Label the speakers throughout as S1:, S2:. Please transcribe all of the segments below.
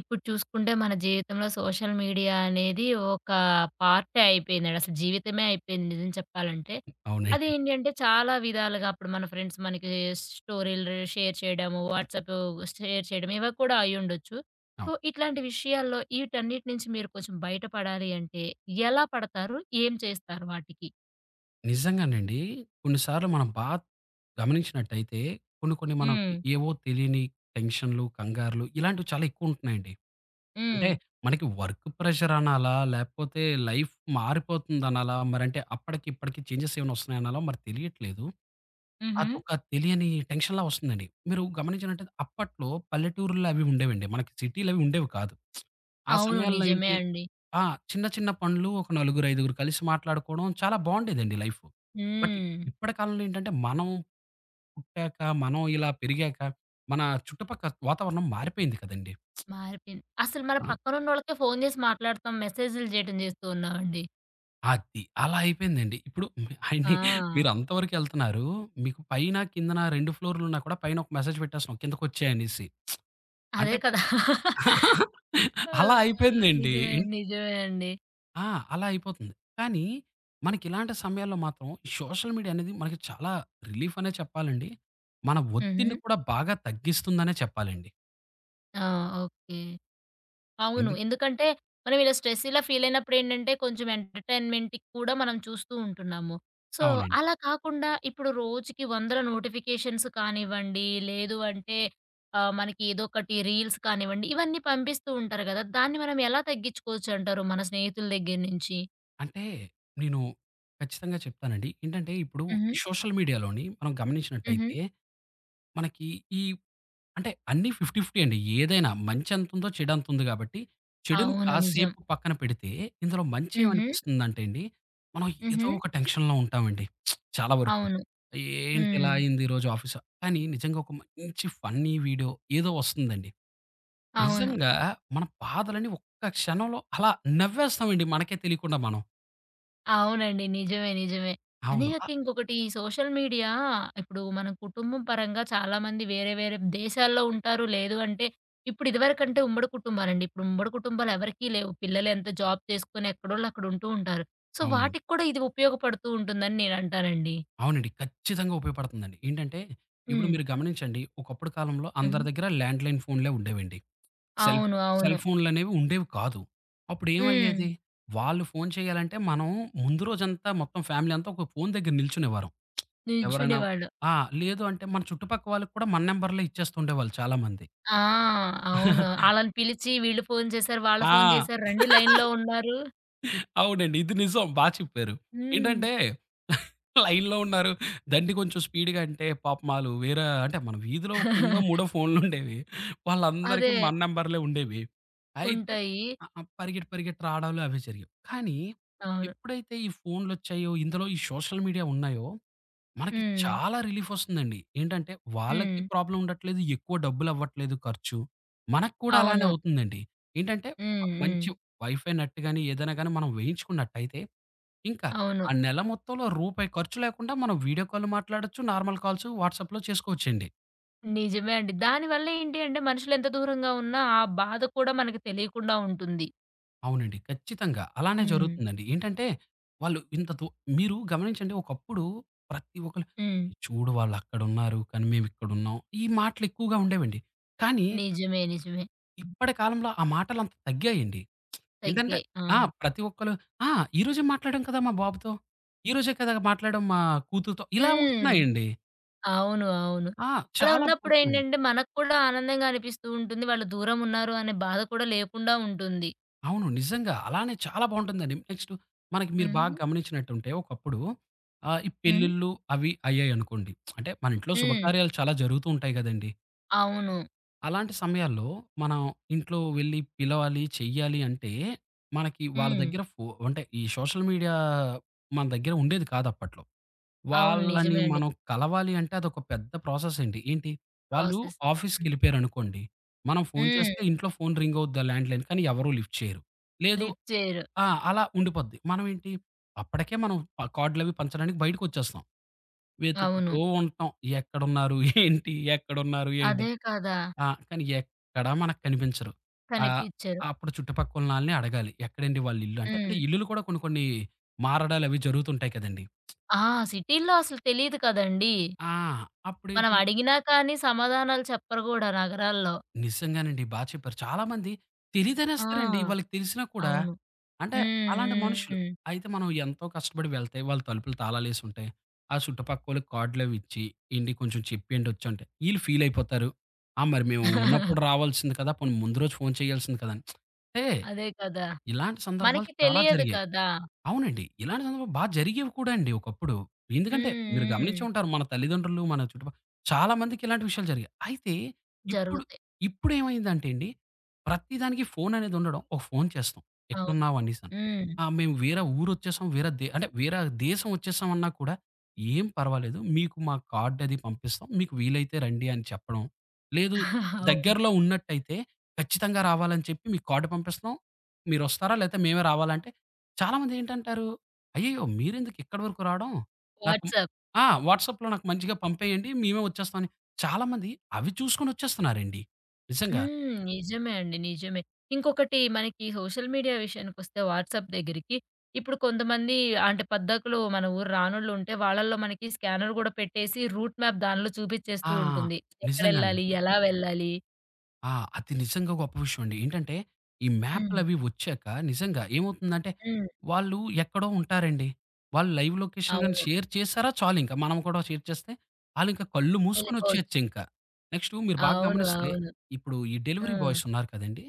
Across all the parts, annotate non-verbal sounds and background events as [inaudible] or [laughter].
S1: ఇప్పుడు చూసుకుంటే మన జీవితంలో సోషల్ మీడియా అనేది ఒక పార్టే అయిపోయిందండి. అసలు జీవితమే అయిపోయింది నిజం చెప్పాలంటే.
S2: అవునండి.
S1: అదేంటి అంటే చాలా విధాలుగా అప్పుడు మన ఫ్రెండ్స్ మనకి స్టోరీలు షేర్ చేయడము, వాట్సాప్ షేర్ చేయడం ఇవి కూడా అయ్యుండొచ్చు. సో,
S2: అవును.
S1: ఇట్లాంటి విషయాల్లో వీటన్నిటి నుంచి మీరు కొంచెం బయటపడాలి అంటే ఎలా పడతారు? ఏం చేస్తారు వాటికి?
S2: నిజంగానండి. కొన్ని సార్లు మనం గమనించినట్టయితే కొన్ని కొన్ని మనకు
S1: హ్మ్.
S2: ఏవో తెలియని టెన్షన్‌లు, కంగారులు ఇలాంటివి చాలా ఎక్కువుంటున్నాయండి. అంటే
S1: హ్మ్.
S2: మనకి వర్క్ ప్రెషర్ అనాలా? లేకపోతే లైఫ్ మారిపోతుందనాలా? మరంటే అప్పటికి ఇప్పటికి చేంజెస్ ఏమైనా వస్తున్నాయనాలా? మరి తెలియట్లేదు.
S1: హుహు.
S2: అదొక తెలియని టెన్షన్‌లా వస్తుందండి. మీరు గమనించినట్టయితే అప్పట్లో పల్లెటూర్లు అవి ఉండేవండి. మనకి సిటీలవి ఉండేవి కాదు. ఆ
S1: అవును,
S2: సమయాల్లో
S1: నిజమే
S2: ఏంటి
S1: అండి.
S2: ఆ! చిన్న చిన్న పనులు ఒక నలుగురు, ఐదుగురు కలిసి మాట్లాడుకోవడం చాలా బావుండేదండి లైఫ్. బట్ ఇ-
S1: హ్మ్.
S2: ఇప్పటి కాలంలో ఏంటంటే మనం పుట్టాక, మనం ఇలా పెరిగాక మన చుట్టుపక్క వాతావరణం మారిపోయింది కదండీ!
S1: మారిపోయింది. అసలు మన పక్కనున్నోళ్ళకే ఫోను జేసి మాట్లాడతాం. మెసేజులు జేయటం జేస్తూ ఉన్నామండి.
S2: అది. అలా అయిపోయిందండి. ఇప్పుడు అండి
S1: ఆ,
S2: మీరు అంతవరకు ఎళ్తున్నారు. మీకు పైన, కిందన 2 ఫ్లోర్‌లున్నా కూడా పైన ఒక మెసేజ్ పెట్టేస్తున్నాం కిందకొచ్చేయ్ అనేసి.
S1: అదే
S2: అంటే
S1: కదా! ఆ,
S2: అలా అయిపోయిందండి.
S1: నిజమే.
S2: ఇన్
S1: నిజమే అండి.
S2: ఆ! అలా అయిపోతుంది. కానీ మనకిలాంటి సమయాల్లో మాత్రం ఈ సోషల్ మీడియా అనేది మనకి చాలా రిలీఫ్ అనే చెప్పాలండి. మన
S1: హుహు.
S2: ఒత్తిడిని కూడా బాగా తగ్గిస్తుందనే చెప్పాలండి.
S1: ఆ. ఓకే. అవును,
S2: ఎందుకు
S1: ఎందుకంటే మనం ఇలా స్ట్రెస్ ఇలా ఫీల్ అయినప్పుడేంటంటే కొంచెం ఎంటర్‌టైన్‌మెంట్‌కి కూడా మనం చూస్తూ ఉంటున్నాము. సో,
S2: అవునండి.
S1: అలా కాకుండా ఇప్పుడు రోజుకి వందల నోటిఫికేషన్స్ కానివ్వండి, లేదు అంటే మనకి ఏదో ఒకటి రీల్స్ కానివ్వండి, ఇవన్నీ పంపిస్తూ ఉంటారు గదా! దాన్ని మనం ఎలా తగ్గించుకోవచ్చంటారు మన స్నేహితుల దగ్గర నుంచి?
S2: అంటే నేను ఖచ్చితంగా చెప్తానండి. ఏంటంటే ఇప్పుడు
S1: హుహు.
S2: ఈ సోషల్ మీడియాలోని మనం
S1: హుహు.
S2: గమనించినట్టయితే మనకి ఈ అంటే అన్నీ 50, 50 అండి. ఏదైనా మంచెంతుందో చెడంతుంది గాబట్టి, చెడుని
S1: అవును, నిజం.
S2: కాసేపు పక్కన పెడితే, ఇందులో
S1: హుహు.
S2: మంచేమనిపిస్తుందంటే అండి, మనం ఏదో
S1: హుహు.
S2: ఒక టెన్షన్‌లో ఉంటామండి చాలా వరకు.
S1: అవును.
S2: ఏంటి ఇలా
S1: హ్మ్.
S2: అయింది ఈరోజు ఆఫీసు కానీ నిజంగా ఒక మంచి ఫన్నీ వీడియో ఏదో వస్తుందండి.
S1: అవును.
S2: నిజంగా మన బాధలని ఒక్క క్షణంలో అలా నవ్వేస్తామండి మనకే తెలియకుండా మనం.
S1: అవునండి, నిజమే. నిజమే. అదే
S2: అవును.
S1: కాక
S2: అ
S1: ఇంకొకటి ఈ సోషల్ మీడియా ఇప్పుడు మన కుటుంబం పరంగా చాలామంది వేరే వేరే దేశాల్లో ఉంటారు. లేదు అంటే ఇప్పుడు ఇదివరకంటే ఉమ్మడి కుటుంబాలండి. ఇప్పుడు ఉమ్మడి కుటుంబాలు ఎవరికీ లేవు. పిల్లలెంత జాబ్ చేసుకొని ఎక్కడోళ్ళు అక్కడ ఉంటూ ఉంటారు. సో,
S2: అవునండి.
S1: వాటికి కూడా ఇది ఉపయోగపడుతూ ఉంటుందని నేనంటానండి.
S2: అవునండి. ఖచ్చితంగా ఉపయోగపడుతుందండి. ఏంటంటే, ఇప్పుడు
S1: హ్మ్.
S2: మీరు గమనించండి ఒకప్పుడు కాలంలో
S1: హుహు.
S2: అందరి దగ్గర ల్యాండ్‌లైన్ ఫోన్‌లే ఉండేవండి. సెల్
S1: అవును. అవును.
S2: సెల్ ఫోన్లనేవి ఉండేవి కాదు.
S1: హ్మ్.
S2: అప్పుడేమయ్యేది, వాళ్ళు ఫోను చేయాలంటే మనం ముందు రోజంతా మొత్తం ఫ్యామిలీ అంతా ఒక ఫోను దగ్గర నిల్చునేవారం. ఎవరైనా
S1: నిల్చునేవాళ్ళు.
S2: ఆ! లేదు అంటే మన చుట్టుపక్క వాళ్ళకి కూడా మన నంబర్‌లే ఇచ్చేస్తుండేవాళ్ళు చాలామంది.
S1: ఆ, అవును.
S2: [laughs]
S1: ఆళ్ళని పిలిచి వీళ్ళు ఫోను చేశారు, వాళ్ళు ఫోను
S2: ఆ!
S1: చేశారు, రండి లైన్‌లో
S2: [laughs]
S1: ఉన్నారు.
S2: అవునండి. ఇది నిజం. బా చెప్పారు.
S1: హ్మ్.
S2: ఏంటంటే [laughs] లైన్‌లో ఉన్నారు. దండిగ కొంచెం స్పీడ్‌గా అంటే పాపం ఆళ్ళు వేరే అంటే మన వీధిలో ఒక రెండో, మూడో
S1: [laughs]
S2: ఫోన్‌లుండేవి. వాళ్ళందరికీ
S1: అదే.
S2: మన నంబర్‌లే ఉండేవి. అయితే
S1: ఉంటాయి.
S2: ఆ! ఆ! పరిగెట్టి, పరిగెట్టి రావడాలు అవే జరిగేవి. కానీ
S1: అవును.
S2: ఎప్పుడైతే ఈ ఫోన్‌లొచ్చాయో, ఇందులో ఈ సోషల్ మీడియా ఉన్నాయో మనకి
S1: హ్మ్.
S2: చాలా రిలీఫొస్తుందండి. ఏంటంటే,
S1: హ్మ్.
S2: వాళ్ళకి ప్రాబ్లమ్ ఉండట్లేదు, ఎక్కువ డబ్బులవ్వట్లేదు ఖర్చు. మనకు కూడా అలానే
S1: అవును.
S2: అవుతుందండి. ఏంటంటే, ఒక
S1: హ్మ్. హ్మ్.
S2: మంచి వైఫై నెట్ గాని, ఏదైనా గాని మనం వేయించుకున్నట్టయితే, ఇంకా
S1: అవును,
S2: ఆ నెల మొత్తంలో రూపాయి ఖర్చు లేకుండా మనం వీడియో కాల్ మాట్లాడొచ్చు, నార్మల్ కాల్స్ వాట్సాప్‌లో చేసుకోవచ్చండి.
S1: నిజమే అండి. దానివల్ల ఏంటి అంటే మనుషులు ఎంత దూరంగా ఉన్నా ఆ బాధ కూడా మనకి తెలియకుండా ఉంటుంది.
S2: అవునండి. ఖచ్చితంగా. అలానే
S1: హ్మ్.
S2: జరుగుతుందండి. ఏంటంటే, వాళ్ళు ఇంత దు మీరు గమనించండి ఒకప్పుడు ప్రతి ఒక్కళ్ళు,
S1: హ్మ్.
S2: చూడు వాళ్ళక్కడున్నారు, కానీ మేమిక్కడున్నాం. ఈ మాటలెక్కువగా ఉండేవండి. కానీ
S1: నిజమే. నిజమే.
S2: ఇప్పటి కాలంలో ఆ మాటలంత తగ్గాయండి. ఏంటంటే
S1: తగ్గాయి. ఆ.
S2: ఆ! ప్రతి ఒక్కళ్ళు ఆ! ఈరోజే మాట్లాడాం కదా! మా బాబుతో. ఈరోజే కదా! మాట్లాడాం మా కూతురుతో. ఇలా
S1: హ్మ్.
S2: ఉంటున్నాయండి.
S1: అవును. అవును.
S2: ఆ!
S1: అలా
S2: చాలా
S1: ఉన్నప్పుడు
S2: బాగుంటున్నాయండి.
S1: ఏంటంటే మనకు కూడా ఆనందంగా అనిపిస్తూ ఉంటుంది. వాళ్ళు దూరం ఉన్నారు అనే బాధ కూడా లేకుండా ఉంటుంది.
S2: అవును. నిజంగా. అలానే చాలా బాగుంటుందండి. నెక్స్ట్ మనకి మీరు బాగా
S1: హుహు.
S2: గమనించినట్టుంటే ఒకప్పుడు ఆహ్, ఈ
S1: హ్మ్.
S2: పెళ్ళిళ్ళు అవి అయ్యాయనుకోండి. అంటే మన ఇంట్లో
S1: హ్మ్.
S2: శుభకార్యాలు చాలా జరుగుతూ ఉంటాయి గదండీ!
S1: అవును.
S2: అలాంటి సమయాల్లో మనం ఇంట్లో వెళ్ళి పిలవాలి, చెయ్యాలి అంటే మనకి వాళ్ళ
S1: హ్మ్.
S2: దగ్గర ఫో అంటే ఈ సోషల్ మీడియా మన దగ్గర ఉండేది కాదు అప్పట్లో.
S1: అవును,
S2: వాళ్ళని
S1: నిజమే అండి.
S2: మనం కలవాలి అంటే అదొక పెద్ద ప్రాసెస్ అండి. వాళ్ళు
S1: ప్రాసెస్. హ్మ్.
S2: ఆఫీస్‌కెళ్ళిపోయారనుకోండి, మనం ఫోన్ చేస్తే
S1: హ్మ్.
S2: ఇంట్లో ఫోన్ రింగ్ అవుద్ది ఆ ల్యాండ్‌లైన్ కానీ ఎవరు లిఫ్ట్ చేయరు. లేదు
S1: లిఫ్ట్ చేయరు.
S2: ఆ! అలా ఉండిపోద్ది. మనం ఏంటి అప్పటికే మనం కార్డ్‌లవి పంచడానికి బయటకొచ్చేస్తాం.
S1: అవును.
S2: వెతుకుతూ ఉంటాం. ఎక్కడున్నారు? ఏంటి? ఎక్కడున్నారు? ఏంటి?
S1: అదే కదా!
S2: ఆ! కానీ ఎక్కడా మనకు కనిపించరు. ఆహ్,
S1: కనిపిచ్చరు.
S2: అప్పుడు చుట్టుపక్కలున్నాళ్ళని అడగాలి. ఎక్కడండి వాళ్ళ ఇల్లు అంటే,
S1: హ్మ్.
S2: ఇల్లులు కూడా కొన్ని కొన్ని మారడాలవి జరుగుతుంటాయి కదండీ!
S1: ఆ. సిటీ‌లో అసలు తెలీదు కదండీ!
S2: ఆ!
S1: మనం
S2: అప్పుడేంటి
S1: అడిగినా కానీ సమాధానాలు చెప్పరు గూడా నగరాల్లో.
S2: నిజంగానండి. బా చెప్పారు. చాలామంది
S1: ఆ.
S2: తెలీదనేస్తారండి. వాళ్ళకి తెలిసినా కూడా
S1: అవును.
S2: అంటే
S1: హ్మ్.
S2: అలాంటి మనుషులు.
S1: హ్మ్.
S2: అయితే మనం ఎంతో కష్టపడి వెళ్తే వాళ్ళ తలుపులు తాళాలేసుంటాయి. ఆ చుట్టుపక్కోళ్ళకి కార్డులవిచ్చి, "ఏండి కొంచెం చెప్పేయండొచ్చు" అంటే ఈళ్ళు ఫీలయిపోతారు. "ఆ! మరి మేము ఉన్నప్పుడు
S1: [laughs]
S2: రావాల్సింది కదా! పోనీ ముందు రోజు ఫోను చేయాల్సింది కదా!" అని. అంటే
S1: అదే కదా!
S2: ఇలాంటి సందర్భాలు
S1: మనకి
S2: చాలా
S1: తెలియదు
S2: జరిగాయి.
S1: కదా!
S2: అవునండి. ఇలాంటి సందర్భాలు బా జరిగేవి కూడా అండి ఒకప్పుడు. ఎందుకంటే
S1: హ్మ్.
S2: మీరు గమనించే
S1: హ్మ్.
S2: ఉంటారు మన తల్లిదండ్రులు, మన చుట్టుపక్క చాలా మందికి ఇలాంటి విషయాలు జరిగాయి. అయితే ఇప్పుడు
S1: జరుగుతాయి.
S2: ఇప్పుడేమైందంటే అండి ప్రతిదానికి ఫోన్ అనేది ఉండడం. ఒక ఫోన్ చేస్తాం.
S1: అవును.
S2: ఎక్కడున్నావు అనేసని.
S1: హ్మ్.
S2: ఆ! మేము వేరే ఊరొచ్చేసాం. వేరే దే అంటే వేరే దేశం వచ్చేసాం అన్నా కూడా ఏం పర్వాలేదు. మీకు మా కార్డ్ అది పంపిస్తాం. మీకు వీలైతే రండి అని చెప్పడం. లేదు
S1: [laughs] అవును.
S2: దగ్గరలో ఉన్నట్టయితే ఖచ్చితంగా రావాలని చెప్పి మీకు కార్డ్ పంపిస్తున్నాం. మీరొస్తారా? లేతే మేమే రావాలా? అంటే చాలామంది ఏంటంటారు, "అయ్యయ్యో! మీరెందుకు ఇక్కడి వరకు రావడం? నాకు"
S1: వాట్సాప్.
S2: ఆ! వాట్సాప్‌లో నాకు మంచిగా పంపేయండి. మేమే వచ్చేస్తాం" అని. చాలామంది అవి చూసుకొని వచ్చేస్తున్నారండి. నిజంగా.
S1: హ్మ్. నిజమే అండి. నిజమే. ఇంకొకటి మనకి సోషల్ మీడియా విషయానికొస్తే వాట్సాప్ దగ్గరికి, ఇప్పుడు కొంతమంది అంటే పద్దకులు మన ఊరు రానోళ్ళుంటే వాళ్ళలో మనకి స్కానర్ గూడా పెట్టేసి రూట్ మ్యాప్ దానిలో చూపిచ్చేస్తూ
S2: ఆ!
S1: ఉంటుంది.
S2: నిజంగానే.
S1: ఎక్కడెళ్ళాలి? ఎలా వెళ్ళాలి?
S2: ఆ! అది నిజంగా గొప్ప విషయం అండి. ఏంటంటే, ఈ
S1: హ్మ్.
S2: మ్యాప్‌లవి వచ్చాక నిజంగా ఏమవుతుందంటే,
S1: హ్మ్.
S2: వాళ్ళు ఎక్కడో ఉంటారండి. వాళ్ళు లైవ్ లొకేషన్ గాని
S1: అవును.
S2: షేర్ చేసారా చాలింక. మనం కూడా షేర్ చేస్తే, ఆళ్ళింక కళ్ళు మూసుకొని
S1: ఎళ్ళిపోవచ్చు.
S2: వచ్చేయొచ్చింక. నెక్స్టు మీరు బాగా
S1: అవును.
S2: గమనిస్తే,
S1: అవును.
S2: ఇప్పుడు ఈ డెలివరీ
S1: హ్మ్.
S2: బాయ్స్ ఉన్నారు కదండీ!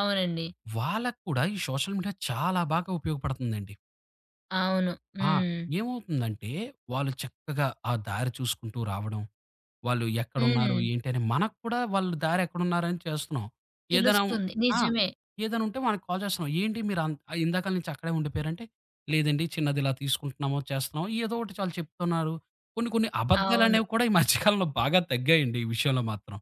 S1: అవునండి.
S2: వాళ్ళకి కూడా ఈ సోషల్ మీడియా చాలా బాగా ఉపయోగపడుతుందండి.
S1: అవును.
S2: ఆ!
S1: హ్మ్.
S2: ఏమవుతుందంటే, వాళ్ళు చక్కగా ఆ దారి చూసుకుంటూ రావడం, వాళ్ళు ఎక్కడున్నారు,
S1: హ్మ్.
S2: ఏంటి అని మనకు కూడా వాళ్ళు దారి ఎక్కడున్నారని చేస్తున్నాం. ఏదైనా ఉన్
S1: తెలుస్తుంది,
S2: ఆ!
S1: నిజమే.
S2: ఏదైనా ఉంటే మనకు కాల్ చేస్తున్నాం. ఏంటి మీరు అన్ ఇందాకల నుంచి అక్కడే ఉండిపోయారంటే, లేదండి చిన్నది ఇలా తీసుకుంటున్నాము, చేస్తున్నాము. ఏదో ఒకటి వాళ్ళు చెప్తున్నారు. కొన్ని కొన్ని
S1: అవును.
S2: అబద్ధాలనేవి కూడా ఈ మధ్య కాలంలో బాగా తగ్గాయండి ఈ విషయంలో మాత్రం.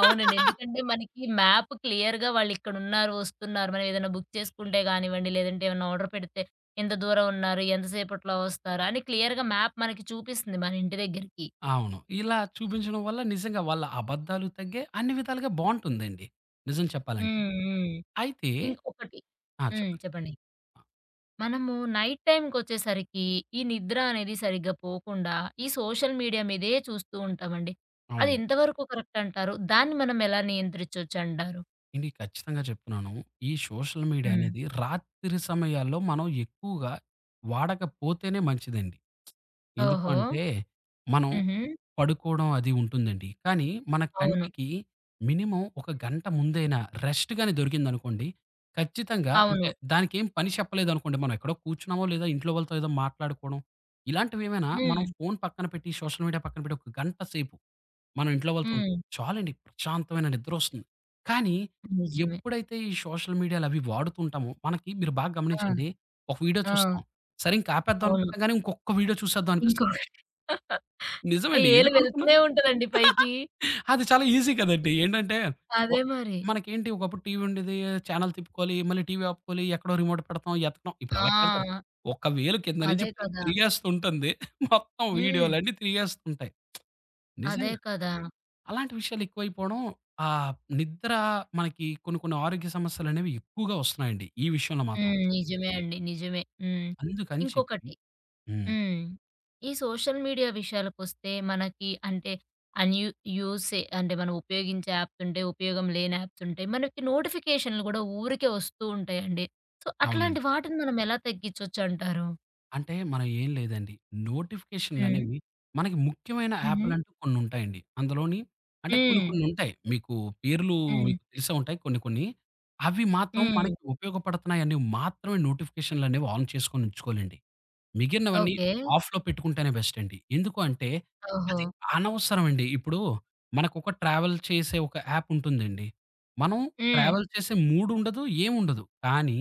S1: అవునండి, ఎందుకంటే మనకి మ్యాప్ క్లియర్‌గా వాళ్ళిక్కడున్నారు, వస్తున్నారు. మనం ఏదైనా బుక్ చేసుకుంటే గానివ్వండి, లేదంటే ఏమన్నా ఆర్డర్ పెడితే ఎంత దూరం ఉన్నారు, ఎంత సేపట్లో వస్తారు అని క్లియర్‌గా మ్యాప్ మనకి చూపిస్తుంది మన ఇంటి దగ్గరికి.
S2: అవును. ఇలా చూపించడం వల్ల నిజంగా వాళ్ళ అబద్ధాలు తగ్గాయి. అన్ని విధాలుగా బావుంటుందండి. నిజం చెప్పాలంటే.
S1: హ్మ్. హ్మ్.
S2: అయితే
S1: ఇంకొకటి.
S2: ఆ!
S1: హ్మ్.
S2: చెప్పండి.
S1: చెప్పండి.
S2: ఆ!
S1: మనము నైట్ టైమ్‌కొచ్చేసరికి ఈ నిద్ర అనేది సరిగ్గా పోకుండా ఈ సోషల్ మీడియా మీదే చూస్తూ ఉంటామండి. అది
S2: అవునండి.
S1: ఎంతవరకు కరెక్ట్ అంటారు? దాన్ని మనం ఎలా నియంత్రించొచ్చంటారు?
S2: ఏండి ఖచ్చితంగా చెప్తున్నాను. ఈ సోషల్ మీడియా
S1: హ్మ్.
S2: అనేది రాత్రి సమయాల్లో మనం ఎక్కువగా వాడకపోతేనే మంచిదండి. ఎందుకు
S1: ఓహో!
S2: అంటే మనం
S1: హుహు.
S2: పడుకోవడం అది ఉంటుందండి. కానీ మన
S1: అవును.
S2: కంటికి మినిమమ్ ఒక గంట ముందైనా రెస్ట్ గాని దొరికిందనుకోండి, ఖచ్చితంగా
S1: అవును.
S2: అంటే దానికేం పని చెప్పలేదనుకోండి, మనం ఎక్కడో కూర్చున్నామో లేదా ఇంట్లో వాళ్ళతో ఏదో మాట్లాడుకోవడం, ఇలాంటివేమైనా
S1: హ్మ్.
S2: మనం ఫోను పక్కన పెట్టి, సోషల్ మీడియా పక్కన పెట్టి ఒక గంట సేపు మనం ఇంట్లో వాళ్ళతో ఉంటే
S1: హ్మ్.
S2: చాలండి ప్రశాంతమైన నిద్రొస్తుంది. కానీ
S1: నిజమే.
S2: ఎప్పుడైతే ఈ సోషల్ మీడియాలవి వాడుతూ ఉంటామో మనకి మీరు బాగా
S1: ఆ.
S2: గమనించండి, ఒక వీడియో
S1: ఆ.
S2: చూస్తాం. సరే ఇంక ఆపేద్దాం
S1: అవును.
S2: అనుకుంటాం గానీ ఇంకొక్క వీడియో చూసేద్దాం అనిపిస్తది.
S1: ఇంకొకటి ఆ
S2: నిజమండి
S1: ఏలు
S2: ఎందుకనుకున్నారో
S1: వెళ్తూనే ఉంటదండి పైకి.
S2: అది చాలా ఈజీ కదండీ. ఏంటంటే ఒ
S1: అదే మరి.
S2: మనకేంటి ఒకప్పుడు టీవీ ఉండేది. చానెల్ తిప్పుకోవాలి. మళ్ళీ టీవీ ఆపుకోవాలి. ఎక్కడో రిమోట్ పెడతాం, ఎతకడం. ఇప్పుడు అలా కాదు కదా!
S1: ఆ.
S2: ఒక వేలు కింద నుంచి
S1: అదే
S2: పైకి
S1: కదా!
S2: తిరిగేస్తుంటుంది. [laughs] మొత్తం
S1: హ్మ్.
S2: వీడియోలన్నీ తిరిగేస్తుంటాయి.
S1: అదే
S2: నిజంగా.
S1: కదా!
S2: అలాంటి విషయాలు ఎక్కువైపోవడం ఆహ్, నిద్ర మనకి కొన్ని కొన్ని ఆరోగ్య సమస్యలనేవి ఎక్కువగా వస్తున్నాయండి. ఈ విషయంలో మాత్రం.
S1: హ్మ్. నిజమే అండి. నిజమే. హ్మ్.
S2: అందుకని చెప్పి
S1: ఇంకొకటి.
S2: హ్మ్.
S1: హ్మ్. ఈ సోషల్ మీడియా విషయాలకొస్తే మనకి అంటే అన్‌యూ యూసే అంటే మనం ఉపయోగించే యాప్స్ ఉంటాయి. ఉపయోగం లేని యాప్స్ ఉంటాయి. మనకి నోటిఫికేషన్‌లు గూడా ఊరికే వస్తూ ఉంటాయండి. సో, అట్లాంటి
S2: అవునండి.
S1: వాటిని మనం ఎలా తగ్గించొచ్చంటారు?
S2: అంటే మనం ఏం లేదండి.
S1: హ్మ్.
S2: నోటిఫికేషన్‌లనేవి మనకి ముఖ్యమైన
S1: హుహు.
S2: యాపులంటూ కొన్నుంటాయండి. అందులోని అంటే కొన్ని
S1: హ్మ్.
S2: కొన్నుంటాయి. పేర్లు
S1: హ్మ్.
S2: మీకు తెలిసే ఉంటాయి కొన్ని కొన్ని. అవి మాత్రం
S1: హ్మ్.
S2: మనకి ఉపయోగపడుతున్నాయని మాత్రమే నోటిఫికేషన్‌లనేవి ఆన్ చేసుకొనుంచుకోవాలండి. మిగిలినవన్నీ
S1: ఓకే.
S2: ఆఫ్‌లో పెట్టుకుంటేనే బెస్ట్ అండి. ఎందుకు అంటే
S1: ఓహో!
S2: అది అనవసరమండి. ఇప్పుడు మనకొక ట్రావెల్ చేసే ఒక యాప్ ఉంటుందండి. మనం
S1: హ్మ్.
S2: ట్రావెల్ చేసే మూడ్ ఉండదు, ఏముండదు. కానీ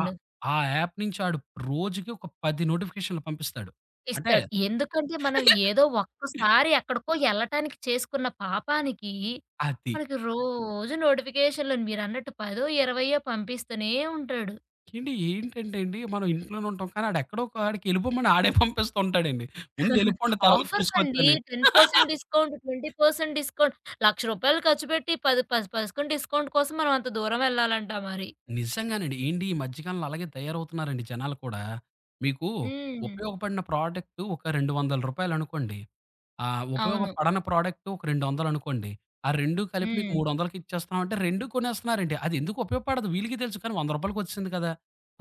S2: ఆ ఆ యాప్ నుంచి ఆడు రోజుకి ఒక 10 నోటిఫికేషన్‌లు పంపిస్తాడు. అంటే
S1: ఇస్తాడు, ఎందుకంటే మనం ఏదో ఒక్కసారి ఎక్కడికో ఎళ్ళటానికి చేసుకున్న పాపానికి
S2: అది.
S1: మనకి రోజు నోటిఫికేషన్‌లు మీరన్నట్టు 10, 20 పంపిస్తూనే ఉంటాడు.
S2: ఏండి ఏంటంటే అండి మనం ఇంట్లోనే ఉంటాం. కానీ ఆడెక్కడో ఒక ఆడికి ఎళ్ళిపోమని ఆడే పంపిస్తూ ఉంటాడండి. ముందు ఎళ్ళిపోండి తర్వాత
S1: ఆఫర్స్ అండి
S2: చూసుకోవచ్చని.
S1: 10% డిస్కౌంట్, 20% డిస్కౌంట్, ₹1,00,000 ఖర్చు పెట్టి 10, 10, 10% డిస్కౌంట్ కోసం మనం అంత దూరం వెళ్ళాలంటా మరి.
S2: నిజంగానండి. ఏండి ఈ మధ్య కాలంలో అలాగే తయారవుతున్నారండి జనాలు కూడా. మీకు
S1: హ్మ్.
S2: ఉపయోగపడిన ప్రోడక్ట్ ఒక రూ. 200 అనుకోండి. ఆహ్,
S1: అవును.
S2: ఉపయోగపడని ప్రోడక్ట్ ఒక 200 అనుకోండి. ఆ 2 కలిపి మీకు
S1: హ్మ్.
S2: 300కి ఇచ్చేస్తున్నామంటే 2 కొనేస్తున్నారండి. అది ఎందుకు ఉపయోగపడదు వీళ్ళకి తెలుసు. కానీ రూ. 100కి వచ్చింది కదా!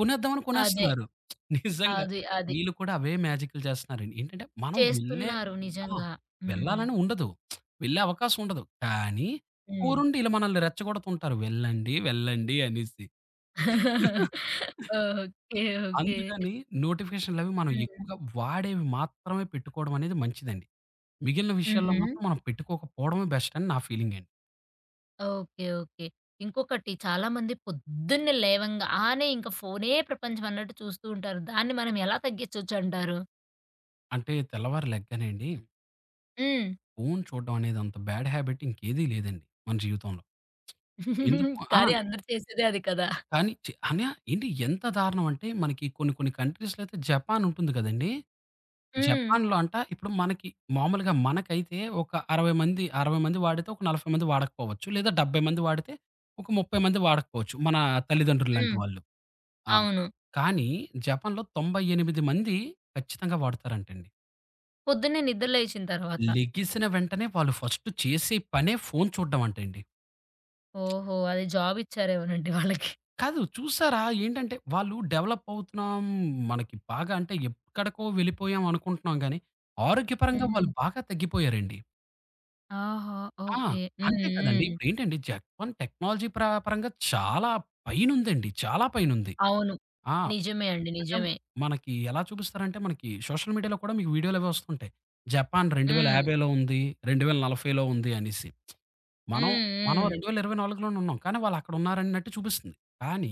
S2: కొనేద్దామని
S1: అదే.
S2: కొనేస్తున్నారు. నిజంగా.
S1: అది. అది.
S2: వీళ్ళు కూడా అవే మ్యాజిక్‌లు చేస్తున్నారండి. ఏంటంటే మనం వెళ్ళే
S1: చేస్తున్నారు
S2: ఆ!
S1: నిజంగా. హ్మ్.
S2: వెళ్ళాలని ఉండదు. వెళ్ళే అవకాశం ఉండదు. కానీ,
S1: హ్మ్.
S2: కూరుండి ఈళ్ళు మనల్ని రెచ్చగొడుతుంటారు. వెళ్ళండి, వెళ్ళండి అనేసి.
S1: ఓకే. ఓకే.
S2: అందుకని నోటిఫికేషన్‌లవి మనం
S1: హ్మ్.
S2: ఎక్కువగా వాడేవి మాత్రమే పెట్టుకోవడం అనేది మంచిదండి. మిగిలిన విషయాల్లో
S1: హుహు.
S2: మాత్రం మనం పెట్టుకోకపోవడమే బెస్ట్ అని నా ఫీలింగండి.
S1: ఓకే. ఓకే. ఇంకొకటి, చాలా మంది పొద్దున్నే లేవంగానే ఇంక ఫోనే ప్రపంచం అన్నట్టు చూస్తూ ఉంటారు. దాన్ని మనం ఎలా తగ్గించొచ్చంటారు?
S2: అంటే తెల్లవారు లెగ్గానండి,
S1: హ్మ్.
S2: ఫోను చూడడం అనేది అంత బ్యాడ్ హ్యాబిట్ ఇంకేదీ లేదండి మన జీవితంలో. ఎందుకు ఆ!
S1: కానీ అందరూ చేసేదే అది కదా!
S2: కానీ చి అన్య ఏంటి ఎంత దారుణం అంటే మనకి కొన్ని కొన్ని కంట్రీస్‌లో అయితే జపాన్ ఉంటుంది కదండీ!
S1: హ్మ్.
S2: జపాన్‌లో అంట ఇప్పుడు మనకి మామూలుగా మనకైతే ఒక 60 మంది వాడితే ఒక 40 మంది వాడకపోవచ్చు. లేదా 70 మంది వాడితే ఒక 30 మంది వాడకపోవచ్చు. మన తల్లిదండ్రుల్లాంటి
S1: హ్మ్.
S2: వాళ్ళు. ఆ!
S1: అవును.
S2: కానీ జపాన్‌లో 98 మంది ఖచ్చితంగా వాడతారంటండి.
S1: పొద్దున్నే నిద్ర లేచిన తర్వాత.
S2: లెగిసిన వెంటనే వాళ్ళు ఫస్ట్ చేసే పనే ఫోను చూడ్డం అంటండి.
S1: ఓహో! అది జాబ్ ఇచ్చారేమోనండి వాళ్ళకి.
S2: కాదు చూసారా? ఏంటంటే వాళ్ళు డెవలప్ అవుతున్నాం. మనకి బాగా అంటే ఎక్కడికో వెళ్ళిపోయాం అనుకుంటున్నాం గానీ, ఆరోగ్యపరంగా
S1: హ్మ్.
S2: వాళ్ళు బాగా తగ్గిపోయారండి.
S1: ఆహా!
S2: ఆ!
S1: ఓకే. హ్మ్.
S2: అంతే కదండీ.
S1: హ్మ్.
S2: ఇప్పుడేంటండి జపాన్ టెక్నాలజీ పరంగా చాలా పైనుందండి. చాలా పైనుంది.
S1: అవును,
S2: ఆ!
S1: నిజమే అండి.
S2: అంటే
S1: నిజమే.
S2: మనకి ఎలా చూపిస్తారంటే మనకి సోషల్ మీడియాలో కూడా మీకు వీడియోలవి వస్తుంటాయి. జపాన్
S1: హ్మ్.
S2: 2050లో ఉంది. 2040లో ఉంది అనేసి. మనం
S1: హ్మ్.
S2: మనం
S1: హ్మ్.
S2: 2024లోనే ఉన్నాం. కానీ వాళ్ళక్కడున్నారన్నట్టు చూపిస్తుంది. కానీ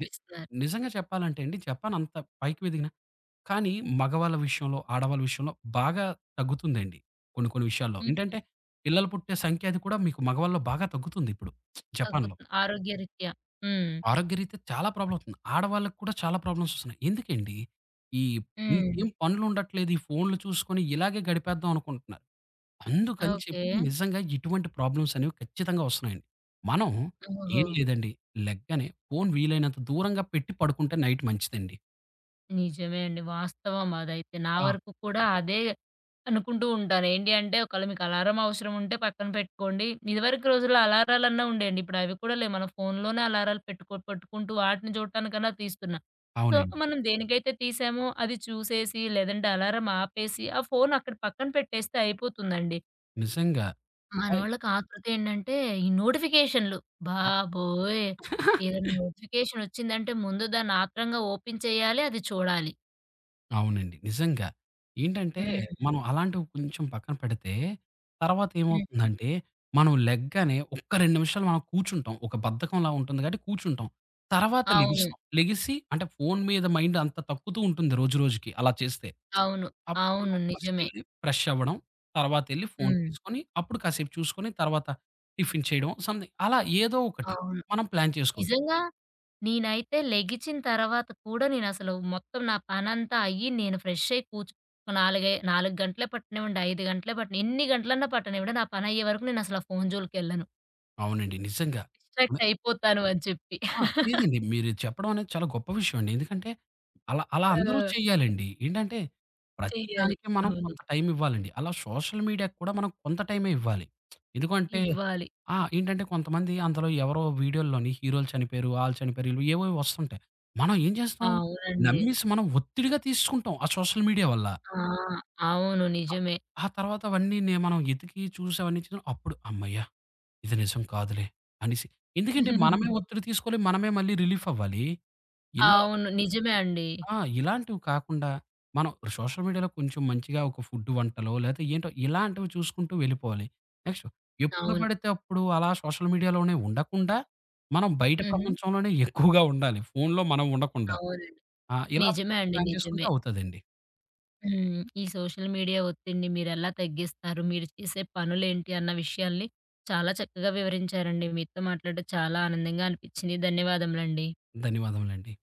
S2: ని నిజంగా చెప్పాలంటే అండి జపాన్ అంత పైకి ఎదిగిన కానీ మగవాళ్ళ విషయంలో, ఆడవాళ్ళ విషయంలో బాగా తగ్గుతుందండి. కొన్ని కొన్ని విషయాల్లో.
S1: హ్మ్.
S2: ఏంటంటే పిల్లలు పుట్టే సంఖ్య అది కూడా మీకు మగవాళ్ళలో బాగా తగ్గుతుంది ఇప్పుడు జపాన్‌లో.
S1: తగ్గుతుంది ఆరోగ్యరీత్యా. హ్మ్.
S2: ఆరోగ్యరీత్యా చాలా ప్రాబ్లమ్ అవుతుంది. ఆడవాళ్ళకి కూడా చాలా ప్రాబ్లమ్స్ వస్తున్నాయి. ఎందుకండి? ఈ
S1: హ్మ్.
S2: ఇంకేం పనులుండట్లేదు. ఈ ఫోన్‌లు చూసుకొని ఇలాగే గడిపేద్దాం అనుకుంటున్నారు. అందుకని
S1: ఓకే.
S2: చెప్పి నిజంగా ఇటువంటి ప్రాబ్లమ్స్ అనేవి ఖచ్చితంగా వస్తున్నాయండి. మనం
S1: ఓహో!
S2: ఏం లేదండి. లెగ్గానే ఫోన్ వీలైనంత దూరంగా పెట్టి పడుకుంటే నైట్ మంచిదండి.
S1: నిజమే అండి. వాస్తవం అదైతే. నా
S2: ఆ!
S1: వరకు కూడా అదే అనుకుంటూ ఉంటాను. ఏంటి అంటే, ఒకవేళ మీకు అలారం అవసరం ఉంటే పక్కన పెట్టుకోండి. ఇదివరకు రోజుల్లో అలారాలన్నా ఉండేయండి. ఇప్పుడు అవి కూడా లేవు. మన ఫోన్‌లోనే అలారాలు పెట్టుకుంటూ వాటిని చూడటానికన్నా తీస్తున్నాం. సో,
S2: అవునండి.
S1: మనం దేనికైతే తీసామో అది చూసేసి, లేదంటే అలారం ఆపేసి ఆ ఫోన్ అక్కడ పక్కన పెట్టేస్తే అయిపోతుందండి.
S2: నిజంగా. అయ్
S1: మనోళ్ళకి ఆతృత ఏంటంటే, ఈ నోటిఫికేషన్‌లు. బాబోయ్!
S2: అవ్ [laughs]
S1: ఏదైనా నోటిఫికేషన్ వచ్చిందంటే ముందు దాన్ని ఆత్రంగా ఓపెన్ చేయాలి, అది చూడాలి.
S2: అవునండి. నిజంగా. ఏంటంటే,
S1: హ్మ్.
S2: మనం అలాంటివి కొంచెం పక్కన పెడితే, తర్వాత
S1: హ్మ్.
S2: ఏమవుతుందంటే, మనం లెగ్గానే ఒక్క 2 నిమిషాలు మనం కూర్చుంటాం. ఒక బద్ధకంలా ఉంటుంది కాబట్టి కూర్చుంటాం. తర్వాత
S1: అవును.
S2: లెగుస్తాం. లెగిసి అంటే ఫోను మీద మైండ్ అంత తక్కుతూ ఉంటుంది రోజు రోజుకి అలా చేస్తే.
S1: అవును.
S2: అప్పుడు
S1: అవును,
S2: మనం
S1: నిజమే.
S2: ఫస్టెళ్లి ఫ్రెష్ అవ్వడం, తర్వాతెళ్లి ఫోను
S1: హ్మ్.
S2: తీసుకొని, అప్పుడు కాసేపు చూసుకొని, తర్వాత టిఫిన్ చేయడం, సంథింగ్ అలా ఏదో ఒకటి
S1: అవును.
S2: మనం ప్లాన్ చేసుకోవచ్చు.
S1: నిజంగా నేనైతే లెగిచిన తర్వాత కూడా నేనసలు మొత్తం నా పనంతా అయ్యి నేను ఫ్రెష్ అయ్యి ఒక 4 గంటలే పట్టనివ్వండి, 5 గంటలే పట్టని, ఎన్ని గంటలన్నా పట్టనివ్వండి, నా పనయ్యే వరకు నేనసలు ఆ ఫోను జోలికెళ్ళను.
S2: అవునండి. నిజంగా.
S1: డిస్ట్రాక్ట్ అయిపోతాను అని చెప్పి.
S2: ఆ! లేదండి. మీరు చెప్పడం అనేది చాలా గొప్ప విషయం అండి. ఎందుకంటే అలా అలా హ్మ్. అందరూ
S1: ఆ.
S2: చేయాలండి. ఏంటంటే ప్రతి
S1: చెయ్యాలి.
S2: దానికి మనం
S1: అవును.
S2: కొంత టైం ఇవ్వాలండి. అలా సోషల్ మీడియాకి కూడా మనం కొంత టైమే ఇవ్వాలి. ఎందుకంటే హ్మ్.
S1: ఇవ్వాలి.
S2: ఆ! ఏంటంటే కొంతమంది అందులో ఎవరో వీడియోల్లోని హీరోలు చనిపోయారు, ఆళ్ళు చనిపోయారు, ఈళ్ళు ఏవేవో వస్తుంటాయి. మనం ఏం చేస్తాం?
S1: అవునండి.
S2: నమ్మేసి మనం ఒత్తిడిగా తీసుకుంటాం ఆ సోషల్ మీడియా వల్ల.
S1: ఆ. అవును, నిజమే.
S2: ఆ తర్వాత అవన్నీ నే మనం ఎతికి చూసి అవన్నీ చ అప్పుడు హమ్మయ్య! ఇది నిజం కాదులే అనేసి ఎందుకంటే మనమే ఒత్తిడి తీసుకోవాలి. మనమే మళ్ళీ రిలీఫ్ అవ్వాలి. ఇలా
S1: అవును, నిజమే అండి.
S2: ఆ! ఇలాంటివి కాకుండా మనం సోషల్ మీడియాలో కొంచెం మంచిగా ఒక ఫుడ్ వంటలో లేతే ఏంటో ఇలాంటివి చూసుకుంటూ వెళ్ళిపోవాలి. నెక్స్ట్ ఎప్పుడు
S1: అవును.
S2: పడితే అప్పుడు అలా సోషల్ మీడియాలోనే ఉండకుండా, మనం బయట
S1: హుహు.
S2: ప్రపంచంలోనే ఎక్కువగా ఉండాలి. ఫోన్‌లో మనం ఉండకుండా.
S1: అవునండి.
S2: ఆ! ఇలా
S1: నిజమే అండి.
S2: ప్లాన్
S1: నిజమే.
S2: చేసుకుంటే అవుతదండి.
S1: హ్మ్. ఈ సోషల్ మీడియా ఒత్తిడిని మీరెలా తగ్గిస్తారు? మీరు చేసే పనులేంటి? అన్న విషయాల్ని చాలా చక్కగా వివరించారండి. మీతో మాట్లాడడం చాలా ఆనందంగా అనిపించింది. ధన్యవాదములండి.
S2: ధన్యవాదములండి.